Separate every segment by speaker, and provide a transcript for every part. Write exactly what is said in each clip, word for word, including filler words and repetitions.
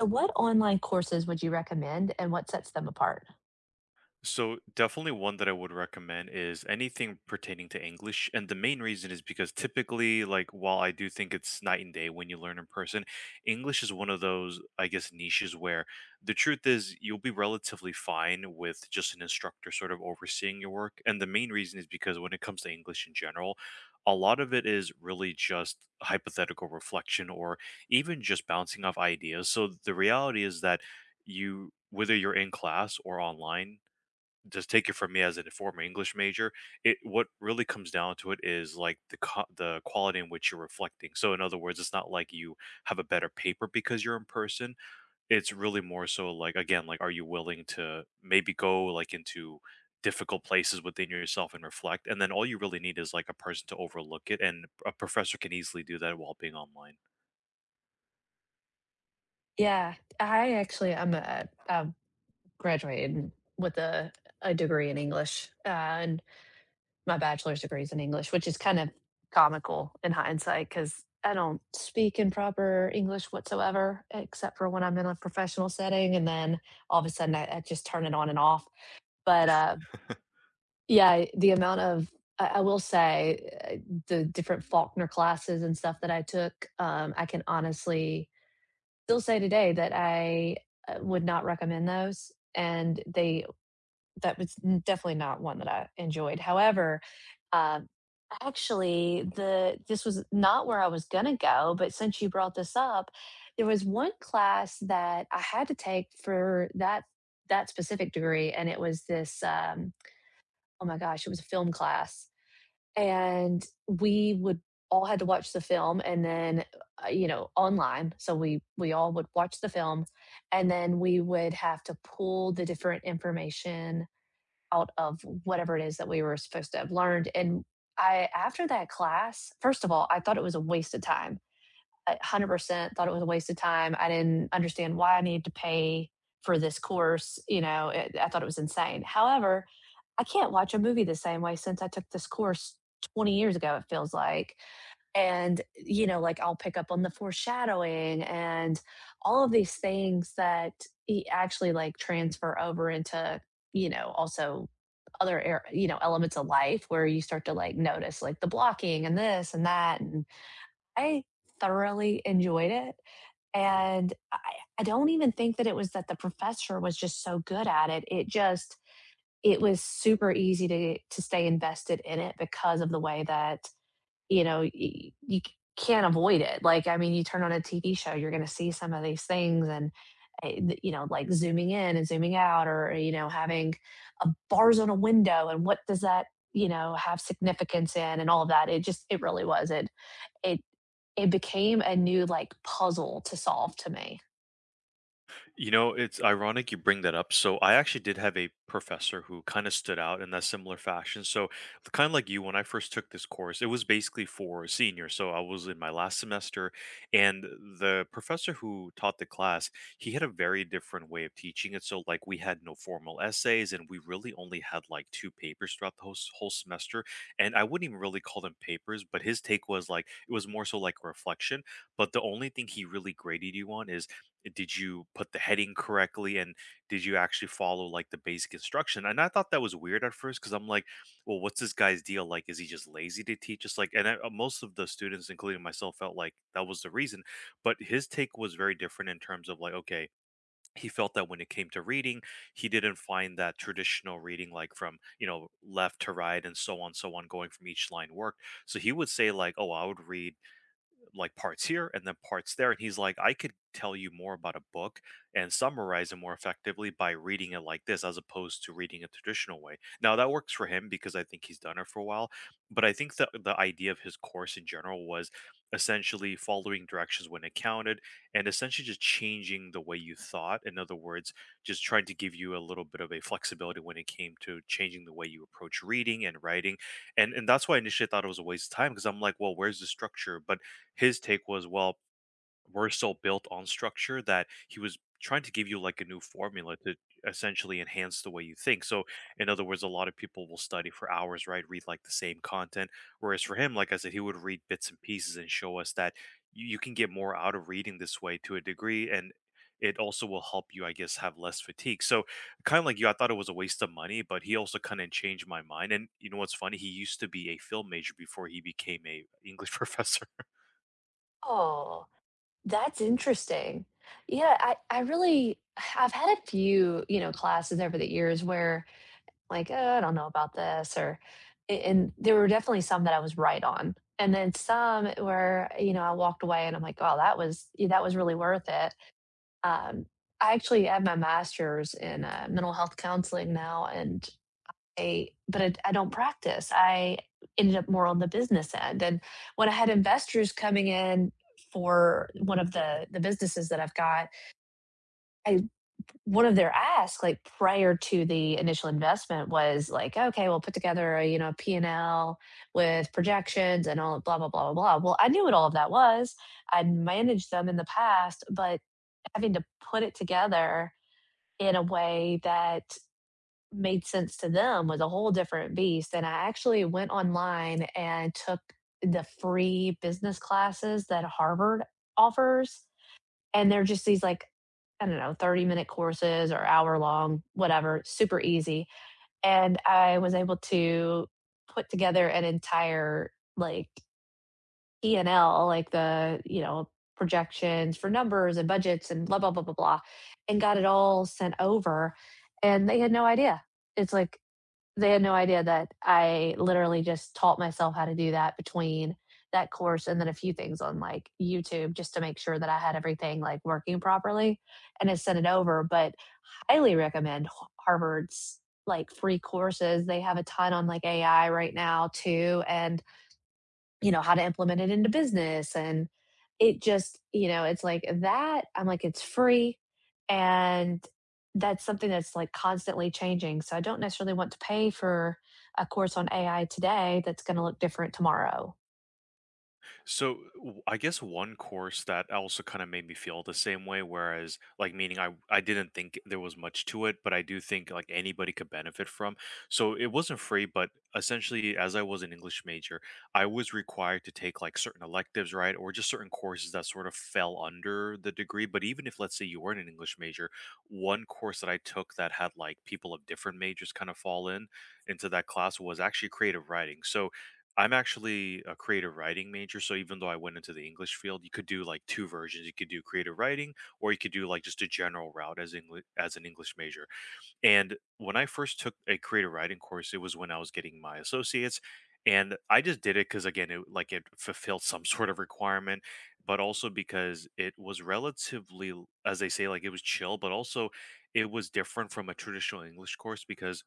Speaker 1: So what online courses would you recommend and what sets them apart?
Speaker 2: So definitely one that I would recommend is anything pertaining to English. And the main reason is because typically, like while I do think it's night and day when you learn in person, English is one of those, I guess, niches where the truth is you'll be relatively fine with just an instructor sort of overseeing your work. And the main reason is because when it comes to English in general, a lot of it is really just hypothetical reflection or even just bouncing off ideas. So the reality is that you whether you're in class or online just take it from me as a former English major, it what really comes down to it is like the co- the quality in which you're reflecting. So in other words, it's not like you have a better paper because you're in person. It's really more so like again, like are you willing to maybe go like into difficult places within yourself and reflect and then all you really need is like a person to overlook it and a professor can easily do that while being online.
Speaker 1: Yeah, I actually I'm a I graduated with a a degree in English, uh, and my bachelor's degree is in English, which is kind of comical in hindsight because I don't speak in proper English whatsoever, except for when I'm in a professional setting, and then all of a sudden I, I just turn it on and off. But uh, Yeah, the amount of I I will say, uh, the different Faulkner classes and stuff that I took. um, I can honestly still say today that I, uh, would not recommend those, and they that was n definitely not one that I enjoyed. However, um, actually, the this was not where I was gonna go, but since you brought this up, there was one class that I had to take for that that specific degree, and it was this, um oh my gosh, it was a film class and we would all had to watch the film and then, uh, you know, online, so we we all would watch the film, and then we would have to pull the different information out of whatever it is that we were supposed to have learned. And I after that class, first of all, I thought it was a waste of time. I one hundred percent thought it was a waste of time. I didn't understand why I needed to pay for this course. You know, it I thought it was insane. However, I can't watch a movie the same way since I took this course twenty years ago, it feels like. And, you know, like, I'll pick up on the foreshadowing and all of these things that e actually, like, transfer over into, you know, also other ar you know, elements of life where you start to, like, notice, like, the blocking and this and that. And I thoroughly enjoyed it, and I I don't even think that it was that the professor was just so good at it, it just it was super easy to to stay invested in it because of the way that you know you, you can't avoid it. Like, I mean, you turn on a TV show, you're going to see some of these things. And eh, th- you know, like zooming in and zooming out, or you know, having a bars on a window and what does that, you know, have significance in, and all of that. It just it really was it it It became a new, like, puzzle to solve to me.
Speaker 2: You know, it's ironic you bring that up. So I actually did have a professor who kind of stood out in that similar fashion. So kind of like you, when I first took this course, it was basically for seniors. So I was in my last semester, and the professor who taught the class, he had a very different way of teaching it. So like we had no formal essays, and we really only had like two papers throughout the whole, s- whole semester. And I wouldn't even really call them papers, but his take was like it was more so like reflection. But the only thing he really graded you on is did you put the heading correctly and did you actually follow like the basic instruction, and I thought that was weird at first because I'm like, well, what's this guy's deal, like is he just lazy to teach us, like, and I, uh, most of the students including myself felt like that was the reason. But his take was very different in terms of like, okay, he felt that when it came to reading he didn't find that traditional reading like from, you know, left to right and so on so on going from each line worked, so he would say like, oh, I would read like parts here and then parts there. And he's like, I could tell you more about a book and summarize it more effectively by reading it like this as opposed to reading a traditional way. Now that works for him because I think he's done it for a while. But I think the the idea of his course in general was essentially following directions when it counted and essentially just changing the way you thought. In other words, just trying to give you a little bit of a flexibility when it came to changing the way you approach reading and writing. And and that's why I initially thought it was a waste of time because I'm like, well, where's the structure? But his take was, "Well, we're so built on structure that" he was trying to give you like a new formula to essentially enhance the way you think. So, in other words, a lot of people will study for hours, right? Read like the same content. Whereas for him, like I said, he would read bits and pieces and show us that you, you can get more out of reading this way to a degree. And it also will help you, I guess, have less fatigue. So, kind of like you, I thought it was a waste of money, but he also kind of changed my mind. And you know what's funny? He used to be a film major before he became a English professor.
Speaker 1: Oh, that's interesting. Yeah, I I really, I've had a few, you know, classes over the years where like, "Uh, I don't know about this," or a and there were definitely some that I was right on, and then some where, you know, I walked away and I'm like, "Oh, that was yeah, that was really worth it." Um, I actually have my master's in, uh, mental health counseling now, and I but I, I don't practice. I ended up more on the business end. And when I had investors coming in for one of the the businesses that I've got, I one of their asks, like, prior to the initial investment was like, okay, we'll put together a, you know, P and L with projections and all blah blah blah blah blah. Well, I knew what all of that was. I'd managed them in the past, but having to put it together in a way that made sense to them was a whole different beast. And I actually went online and took the free business classes that Harvard offers, and they're just these, like, I don't know, thirty-minute courses or hour-long, whatever, super easy. And I was able to put together an entire, like, P and L, like the, you know, projections for numbers and budgets and blah, blah, blah, blah, blah, and got it all sent over, and they had no idea. It's like they had no idea that I literally just taught myself how to do that between that course and then a few things on like YouTube just to make sure that I had everything like working properly, and I sent it over. But I highly recommend Harvard's like free courses. They have a ton on like A I right now too. And you know, how to implement it into business. And it just, you know, it's like that. I'm like, it's free. And that's something that's like constantly changing, so I don't necessarily want to pay for a course on A I today that's going to look different tomorrow.
Speaker 2: So w- I guess one course that also kind of made me feel the same way, whereas like meaning I I didn't think there was much to it, but I do think like anybody could benefit from. So it wasn't free, but essentially as I was an English major, I was required to take like certain electives, right? Or just certain courses that sort of fell under the degree. But even if let's say you weren't an English major, one course that I took that had like people of different majors kind of fall in into that class was actually creative writing. So I'm actually a creative writing major, so even though I went into the English field, you could do like two versions. You could do creative writing, or you could do like just a general route as English as an English major. And when I first took a creative writing course, it was when I was getting my associates, and I just did it because again, it like it fulfilled some sort of requirement, but also because it was relatively, as they say, like it was chill, but also it was different from a traditional English course because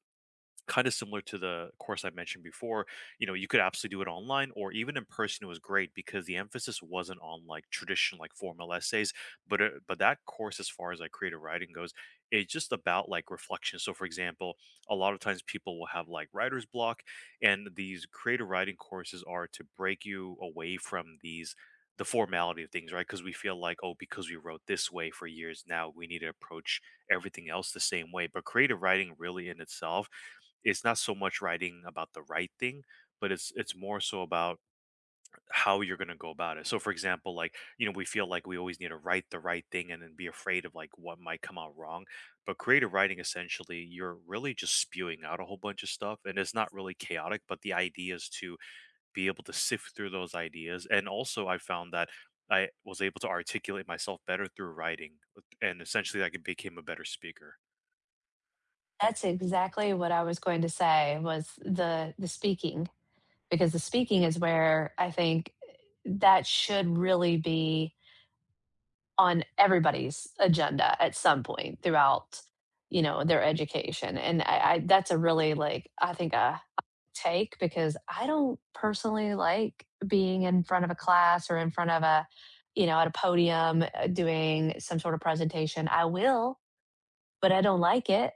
Speaker 2: kind of similar to the course I mentioned before, you know, you could absolutely do it online or even in person. It was great because the emphasis wasn't on like traditional, like formal essays, but uh, but that course, as far as like creative writing goes, it's just about like reflection. So, for example, a lot of times people will have like writer's block, and these creative writing courses are to break you away from these the formality of things, right? Because we feel like, oh, because we wrote this way for years, now we need to approach everything else the same way. But creative writing, really in itself it's not so much writing about the right thing, but it's it's more so about how you're going to go about it. So for example, like, you know, we feel like we always need to write the right thing and then be afraid of like what might come out wrong. But creative writing essentially you're really just spewing out a whole bunch of stuff and it's not really chaotic, but the idea is to be able to sift through those ideas. And also I found that I was able to articulate myself better through writing and essentially like, I became a better speaker.
Speaker 1: That's exactly what I was going to say, was the the speaking. Because the speaking is where I think that should really be on everybody's agenda at some point throughout, you know, their education. And i, I, that's a really, like, I think a take, because I don't personally like being in front of a class or in front of a, you know, at a podium, uh, doing some sort of presentation. I will, but I don't like it.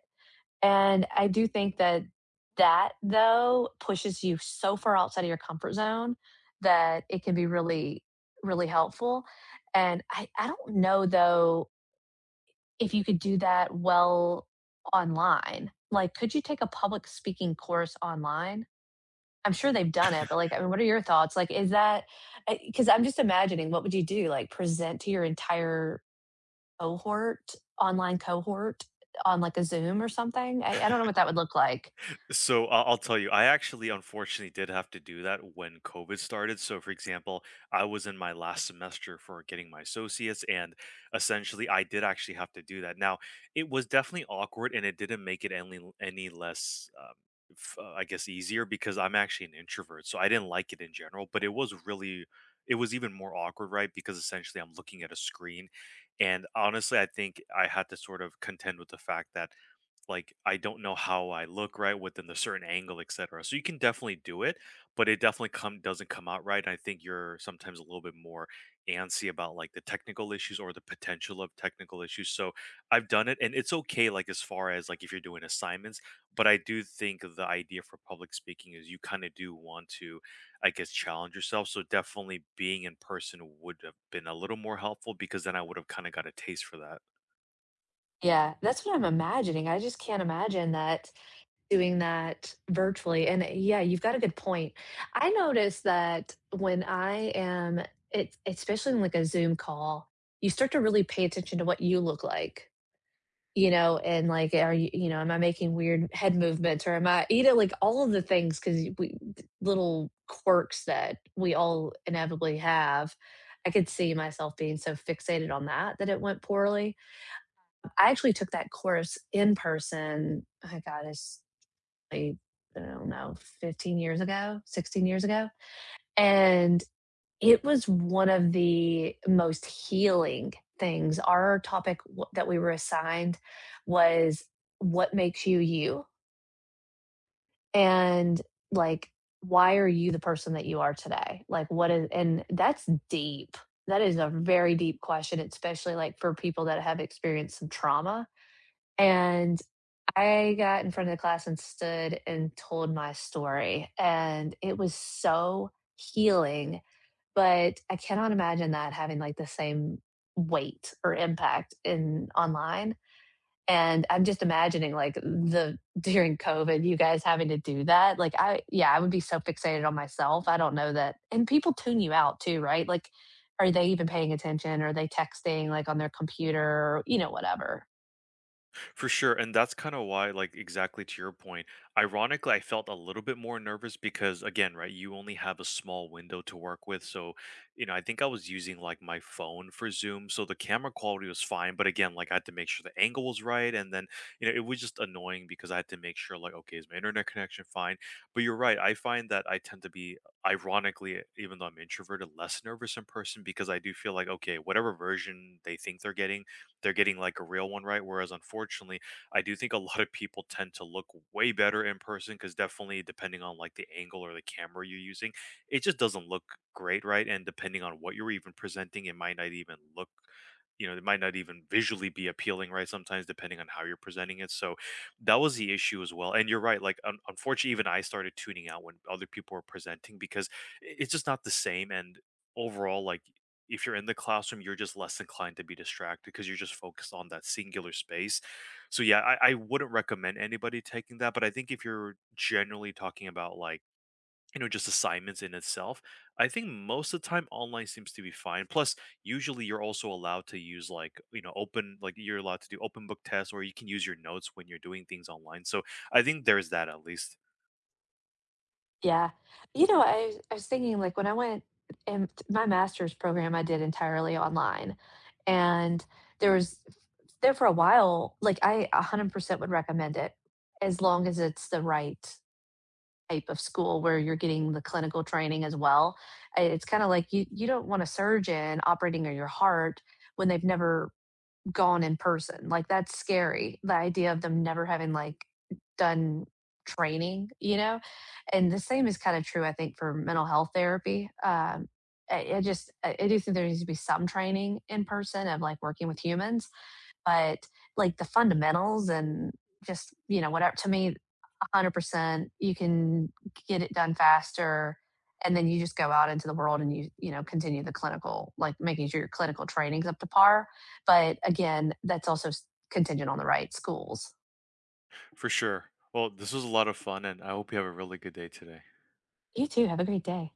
Speaker 1: And I do think that, that though, pushes you so far outside of your comfort zone that it can be really, really helpful. And I I don't know though if you could do that well online. Like, could you take a public speaking course online? I'm sure they've done it, but like, I mean, what are your thoughts? Like, is that, because 'cause I'm just imagining what would you do? Like, present to your entire cohort, online cohort, on like a Zoom or something? I I don't know what that would look like.
Speaker 2: So I- I'll tell you, I actually unfortunately did have to do that when COVID started. So, for example, I was in my last semester for getting my associates, and essentially, I did actually have to do that. Now, it was definitely awkward, and it didn't make it any any less, um, f- uh, I guess, easier because I'm actually an introvert, so I didn't like it in general. But it was really, it was even more awkward, right? Because essentially, I'm looking at a screen, and honestly, I think I had to sort of contend with the fact that like I don't know how I look right within the certain angle, et cetera. So you can definitely do it, but it definitely come doesn't come out right. I think you're sometimes a little bit more antsy about like the technical issues or the potential of technical issues. So I've done it and it's okay like as far as like if you're doing assignments, but I do think the idea for public speaking is you kind of do want to, I guess, challenge yourself. So definitely being in person would have been a little more helpful because then I would have kind of got a taste for that.
Speaker 1: Yeah, that's what I'm imagining. I just can't imagine that doing that virtually, and uh, yeah, you've got a good point. I notice that when I am it's especially in, like, a Zoom call, you start to really pay attention to what you look like, you know, and, like, are you you know, am I making weird head movements, or am I, you know, like, all of the things, because we, little quirks that we all inevitably have. I could see myself being so fixated on that, that it went poorly. I actually took that course in person. I got it's I don't know, fifteen years ago, sixteen years ago. And it was one of the most healing things. Our topic w- that we were assigned was what makes you you, and like, why are you the person that you are today? Like, what is and that's deep. That is a very deep question, especially like for people that have experienced some trauma. And I got in front of the class and stood and told my story, and it was so healing. But I cannot imagine that having like the same weight or impact in online. And I'm just imagining, like, the, during COVID, you guys having to do that. Like, I, yeah, I would be so fixated on myself. I don't know that. And people tune you out too, right? Like, are they even paying attention? Are they texting like on their computer? You know, whatever.
Speaker 2: For sure, and that's kind of why, like, exactly to your point. Ironically, I felt a little bit more nervous because, again, right, you only have a small window to work with. So, you know, I think I was using like my phone for Zoom, so the camera quality was fine. But again, like, I had to make sure the angle was right, and then, you know, it was just annoying because I had to make sure, like, okay, is my internet connection fine? But you're right. I find that I tend to be, ironically, even though I'm introverted, less nervous in person because I do feel like, okay, whatever version they think they're getting they're getting like a real one, right? Whereas unfortunately I do think a lot of people tend to look way better in person because definitely depending on like the angle or the camera you're using it just doesn't look great, right? And depending on what you're even presenting it might not even look, you know, it might not even visually be appealing, right? Sometimes depending on how you're presenting it. So that was the issue as well. And you're right, like un- unfortunately even I started tuning out when other people were presenting because i- it's just not the same. And overall, like, if you're in the classroom, you're just less inclined to be distracted because you're just focused on that singular space. So yeah, I, I wouldn't recommend anybody taking that. But I think if you're generally talking about like, you know, just assignments in itself, I think most of the time online seems to be fine. Plus, usually you're also allowed to use like, you know, open, like you're allowed to do open book tests or you can use your notes when you're doing things online. So I think there's that at least.
Speaker 1: Yeah. You know, I was I was thinking, like, when I went in my master's program, I did entirely online, and there was there, for a while, like, I one hundred percent would recommend it, as long as it's the right type of school where you're getting the clinical training as well. I It's kinda like, you you don't want a surgeon operating on your heart when they've never gone in person. Like, that's scary. The idea of them never having, like, done training, you know? And the same is kind of true, I think, for mental health therapy. Um, I, I just, I I do think there needs to be some training in person of like working with humans. But like, the fundamentals and just, you know, whatever, to me, one hundred percent. You can get it done faster, and then you just go out into the world and you you know, continue the clinical, like making sure your clinical training's up to par. But again, that's also contingent on the right schools.
Speaker 2: For sure. Well, this was a lot of fun and I hope you have a really good day today.
Speaker 1: You too. Have a great day.